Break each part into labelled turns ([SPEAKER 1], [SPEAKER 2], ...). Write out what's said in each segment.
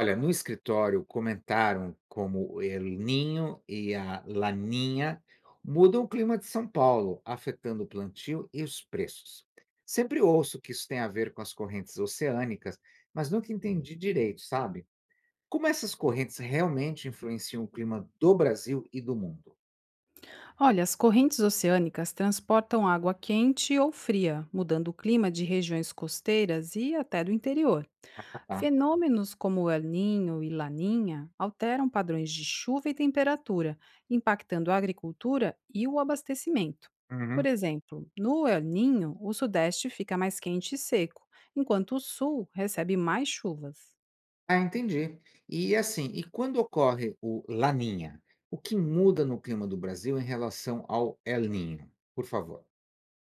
[SPEAKER 1] Olha, no escritório comentaram como o El Ninho e a Laninha mudam o clima de São Paulo, afetando o plantio e os preços. Sempre ouço que isso tem a ver com as correntes oceânicas, mas nunca entendi direito, sabe? Como essas correntes realmente influenciam o clima do Brasil e do mundo?
[SPEAKER 2] Olha, as correntes oceânicas transportam água quente ou fria, mudando o clima de regiões costeiras e até do interior.
[SPEAKER 1] Tá?
[SPEAKER 2] Fenômenos como o El Ninho e Laninha alteram padrões de chuva e temperatura, impactando a agricultura e o abastecimento. Por
[SPEAKER 1] Uhum.
[SPEAKER 2] exemplo, no El Ninho, o sudeste fica mais quente e seco, enquanto o sul recebe mais chuvas.
[SPEAKER 1] Ah, entendi. E quando ocorre o Laninha, o que muda no clima do Brasil em relação ao El Ninho? Por favor.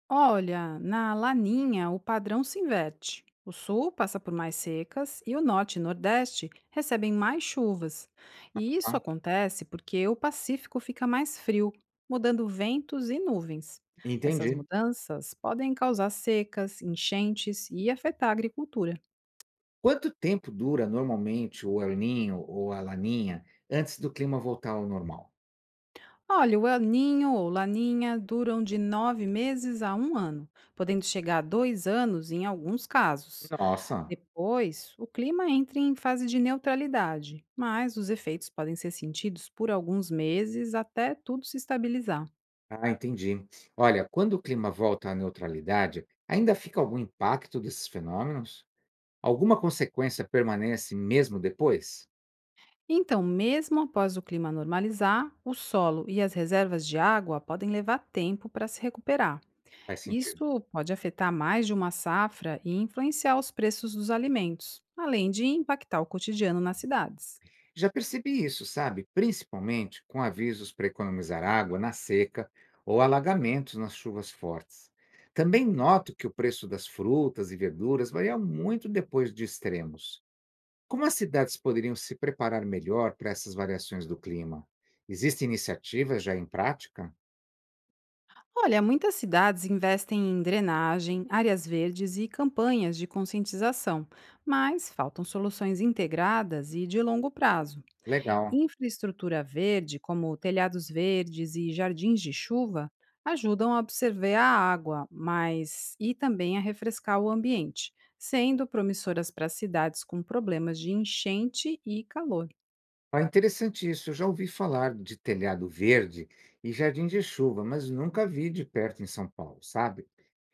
[SPEAKER 2] Olha, na laninha o padrão se inverte. O sul passa por mais secas e o norte e nordeste recebem mais chuvas. E isso
[SPEAKER 1] Tá?
[SPEAKER 2] acontece porque o Pacífico fica mais frio, mudando ventos e nuvens. Essas
[SPEAKER 1] Entendi.
[SPEAKER 2] mudanças podem causar secas, enchentes e afetar a agricultura.
[SPEAKER 1] Quanto tempo dura normalmente o El Niño ou a Laninha antes do clima voltar ao normal?
[SPEAKER 2] Olha, o El Ninho ou Laninha duram de nove meses a um ano, podendo chegar a dois anos em alguns casos.
[SPEAKER 1] Nossa,
[SPEAKER 2] Depois, o clima entra em fase de neutralidade, mas os efeitos podem ser sentidos por alguns meses até tudo se estabilizar.
[SPEAKER 1] ah, entendi. Olha, quando o clima volta à neutralidade, ainda fica algum impacto desses fenômenos? Alguma consequência permanece mesmo depois?
[SPEAKER 2] Então, mesmo após o clima normalizar, o solo e as reservas de água podem levar tempo para se recuperar.
[SPEAKER 1] Faz sentido.
[SPEAKER 2] Isso pode afetar mais de uma safra e influenciar os preços dos alimentos, além de impactar o cotidiano nas cidades.
[SPEAKER 1] Já percebi isso, sabe? Principalmente com avisos para economizar água na seca ou alagamentos nas chuvas fortes. Também noto que o preço das frutas e verduras varia muito depois de extremos. Como as cidades poderiam se preparar melhor para essas variações do clima? Existem iniciativas já em prática?
[SPEAKER 2] Olha, muitas cidades investem em drenagem, áreas verdes e campanhas de conscientização, mas faltam soluções integradas e de longo prazo.
[SPEAKER 1] Legal.
[SPEAKER 2] Infraestrutura verde, como telhados verdes e jardins de chuva, ajudam a absorver a água, mas e também a refrescar o ambiente, sendo promissoras para cidades com problemas de enchente e calor.
[SPEAKER 1] Ah, interessante isso. Eu já ouvi falar de telhado verde e jardim de chuva, mas nunca vi de perto em São Paulo, sabe?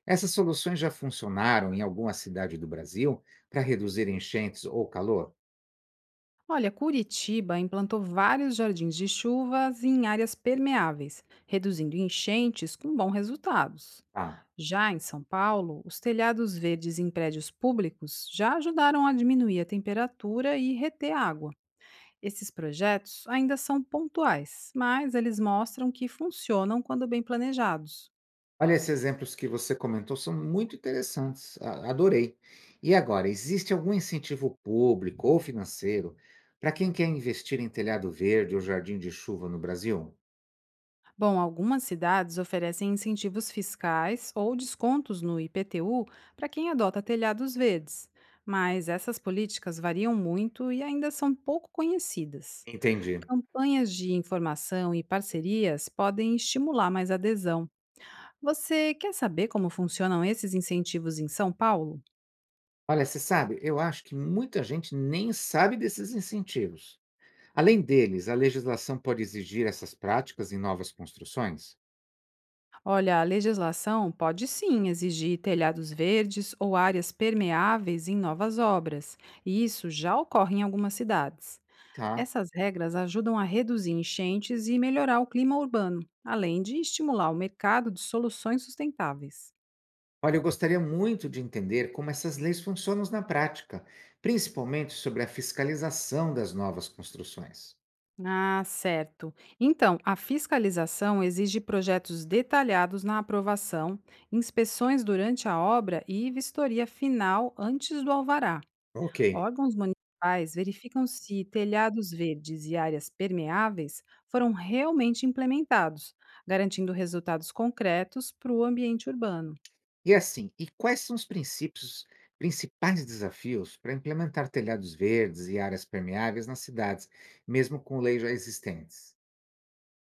[SPEAKER 1] Essas soluções já funcionaram em alguma cidade do Brasil para reduzir enchentes ou calor?
[SPEAKER 2] Olha, Curitiba implantou vários jardins de chuvas em áreas permeáveis, reduzindo enchentes com bons resultados.
[SPEAKER 1] Ah,
[SPEAKER 2] Já em São Paulo, os telhados verdes em prédios públicos já ajudaram a diminuir a temperatura e reter água. Esses projetos ainda são pontuais, mas eles mostram que funcionam quando bem planejados.
[SPEAKER 1] olha, esses exemplos que você comentou são muito interessantes. Adorei. E agora, existe algum incentivo público ou financeiro para quem quer investir em telhado verde ou jardim de chuva no Brasil?
[SPEAKER 2] Bom, algumas cidades oferecem incentivos fiscais ou descontos no IPTU para quem adota telhados verdes, mas essas políticas variam muito e ainda são pouco conhecidas.
[SPEAKER 1] Entendi.
[SPEAKER 2] Campanhas de informação e parcerias podem estimular mais adesão. Você quer saber como funcionam esses incentivos em São Paulo?
[SPEAKER 1] Olha, você sabe, eu acho que muita gente nem sabe desses incentivos. Além deles, a legislação pode exigir essas práticas em novas construções?
[SPEAKER 2] Olha, a legislação pode sim exigir telhados verdes ou áreas permeáveis em novas obras, e isso já ocorre em algumas cidades.
[SPEAKER 1] Tá.
[SPEAKER 2] Essas regras ajudam a reduzir enchentes e melhorar o clima urbano, além de estimular o mercado de soluções sustentáveis.
[SPEAKER 1] Olha, eu gostaria muito de entender como essas leis funcionam na prática, principalmente sobre a fiscalização das novas construções.
[SPEAKER 2] Ah, certo. Então, a fiscalização exige projetos detalhados na aprovação, inspeções durante a obra e vistoria final antes do alvará.
[SPEAKER 1] Ok.
[SPEAKER 2] Órgãos municipais verificam se telhados verdes e áreas permeáveis foram realmente implementados, garantindo resultados concretos para o ambiente urbano.
[SPEAKER 1] E quais são os principais desafios para implementar telhados verdes e áreas permeáveis nas cidades, mesmo com leis já existentes?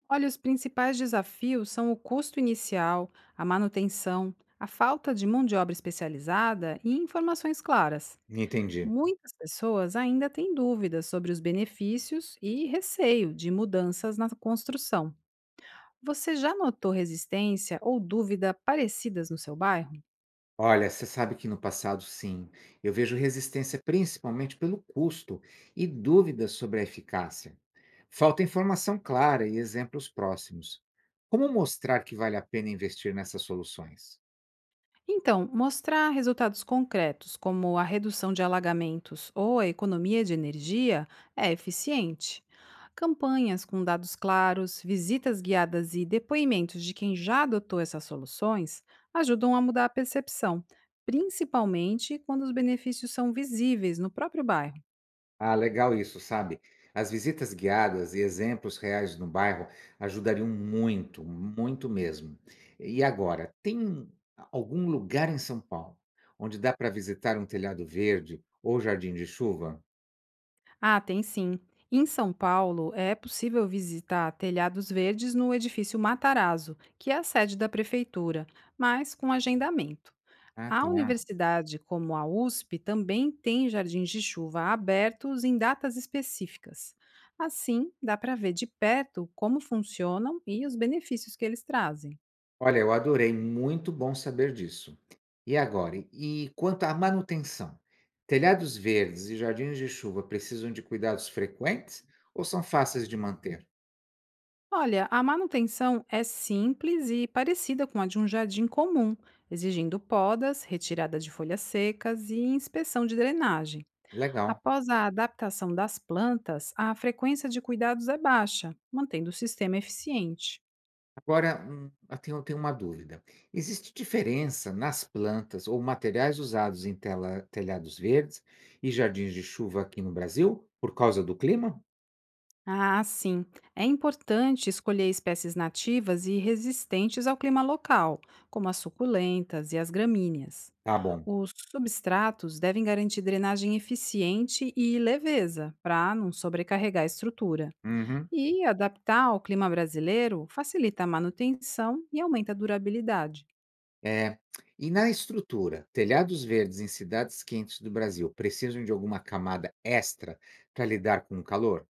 [SPEAKER 2] Olha, os principais desafios são o custo inicial, a manutenção, a falta de mão de obra especializada e informações claras.
[SPEAKER 1] Entendi.
[SPEAKER 2] Muitas pessoas ainda têm dúvidas sobre os benefícios e receio de mudanças na construção. Você já notou resistência ou dúvida parecidas no seu bairro?
[SPEAKER 1] Olha, você sabe que no passado, sim, eu vejo resistência principalmente pelo custo e dúvidas sobre a eficácia. Falta informação clara e exemplos próximos. Como mostrar que vale a pena investir nessas soluções?
[SPEAKER 2] Então, mostrar resultados concretos, como a redução de alagamentos ou a economia de energia, é eficiente. Campanhas com dados claros, visitas guiadas e depoimentos de quem já adotou essas soluções ajudam a mudar a percepção, principalmente quando os benefícios são visíveis no próprio bairro.
[SPEAKER 1] Ah, legal isso, sabe? As visitas guiadas e exemplos reais no bairro ajudariam muito, muito mesmo. E agora, tem algum lugar em São Paulo onde dá para visitar um telhado verde ou jardim de chuva?
[SPEAKER 2] Ah, tem sim. Em São Paulo, é possível visitar telhados verdes no edifício Matarazzo, que é a sede da prefeitura, mas com agendamento.
[SPEAKER 1] Ah,
[SPEAKER 2] A
[SPEAKER 1] tá.
[SPEAKER 2] universidade, como a USP, também tem jardins de chuva abertos em datas específicas. Assim, dá para ver de perto como funcionam e os benefícios que eles trazem.
[SPEAKER 1] Olha, eu adorei, muito bom saber disso. E agora, e quanto à manutenção? Telhados verdes e jardins de chuva precisam de cuidados frequentes ou são fáceis de manter?
[SPEAKER 2] Olha, a manutenção é simples e parecida com a de um jardim comum, exigindo podas, retirada de folhas secas e inspeção de drenagem.
[SPEAKER 1] Legal.
[SPEAKER 2] Após a adaptação das plantas, a frequência de cuidados é baixa, mantendo o sistema eficiente.
[SPEAKER 1] Agora, eu tenho uma dúvida. Existe diferença nas plantas ou materiais usados em telhados verdes e jardins de chuva aqui no Brasil por causa do clima?
[SPEAKER 2] Ah, sim. É importante escolher espécies nativas e resistentes ao clima local, como as suculentas e as gramíneas.
[SPEAKER 1] Tá bom.
[SPEAKER 2] Os substratos devem garantir drenagem eficiente e leveza, para não sobrecarregar a estrutura.
[SPEAKER 1] Uhum.
[SPEAKER 2] E adaptar ao clima brasileiro facilita a manutenção e aumenta a durabilidade.
[SPEAKER 1] É. E na estrutura, telhados verdes em cidades quentes do Brasil precisam de alguma camada extra para lidar com o calor?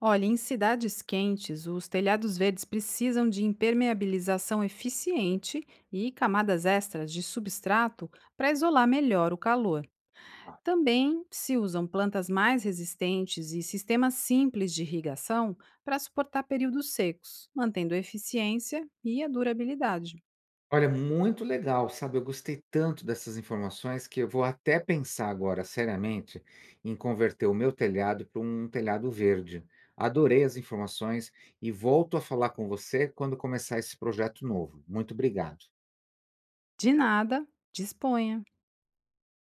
[SPEAKER 2] Olha, em cidades quentes, os telhados verdes precisam de impermeabilização eficiente e camadas extras de substrato para isolar melhor o calor.
[SPEAKER 1] Ah,
[SPEAKER 2] Também se usam plantas mais resistentes e sistemas simples de irrigação para suportar períodos secos, mantendo a eficiência e a durabilidade.
[SPEAKER 1] olha, muito legal, sabe? Eu gostei tanto dessas informações que eu vou até pensar agora seriamente em converter o meu telhado para um telhado verde. Adorei as informações e volto a falar com você quando começar esse projeto novo. Muito obrigado.
[SPEAKER 2] De nada, disponha!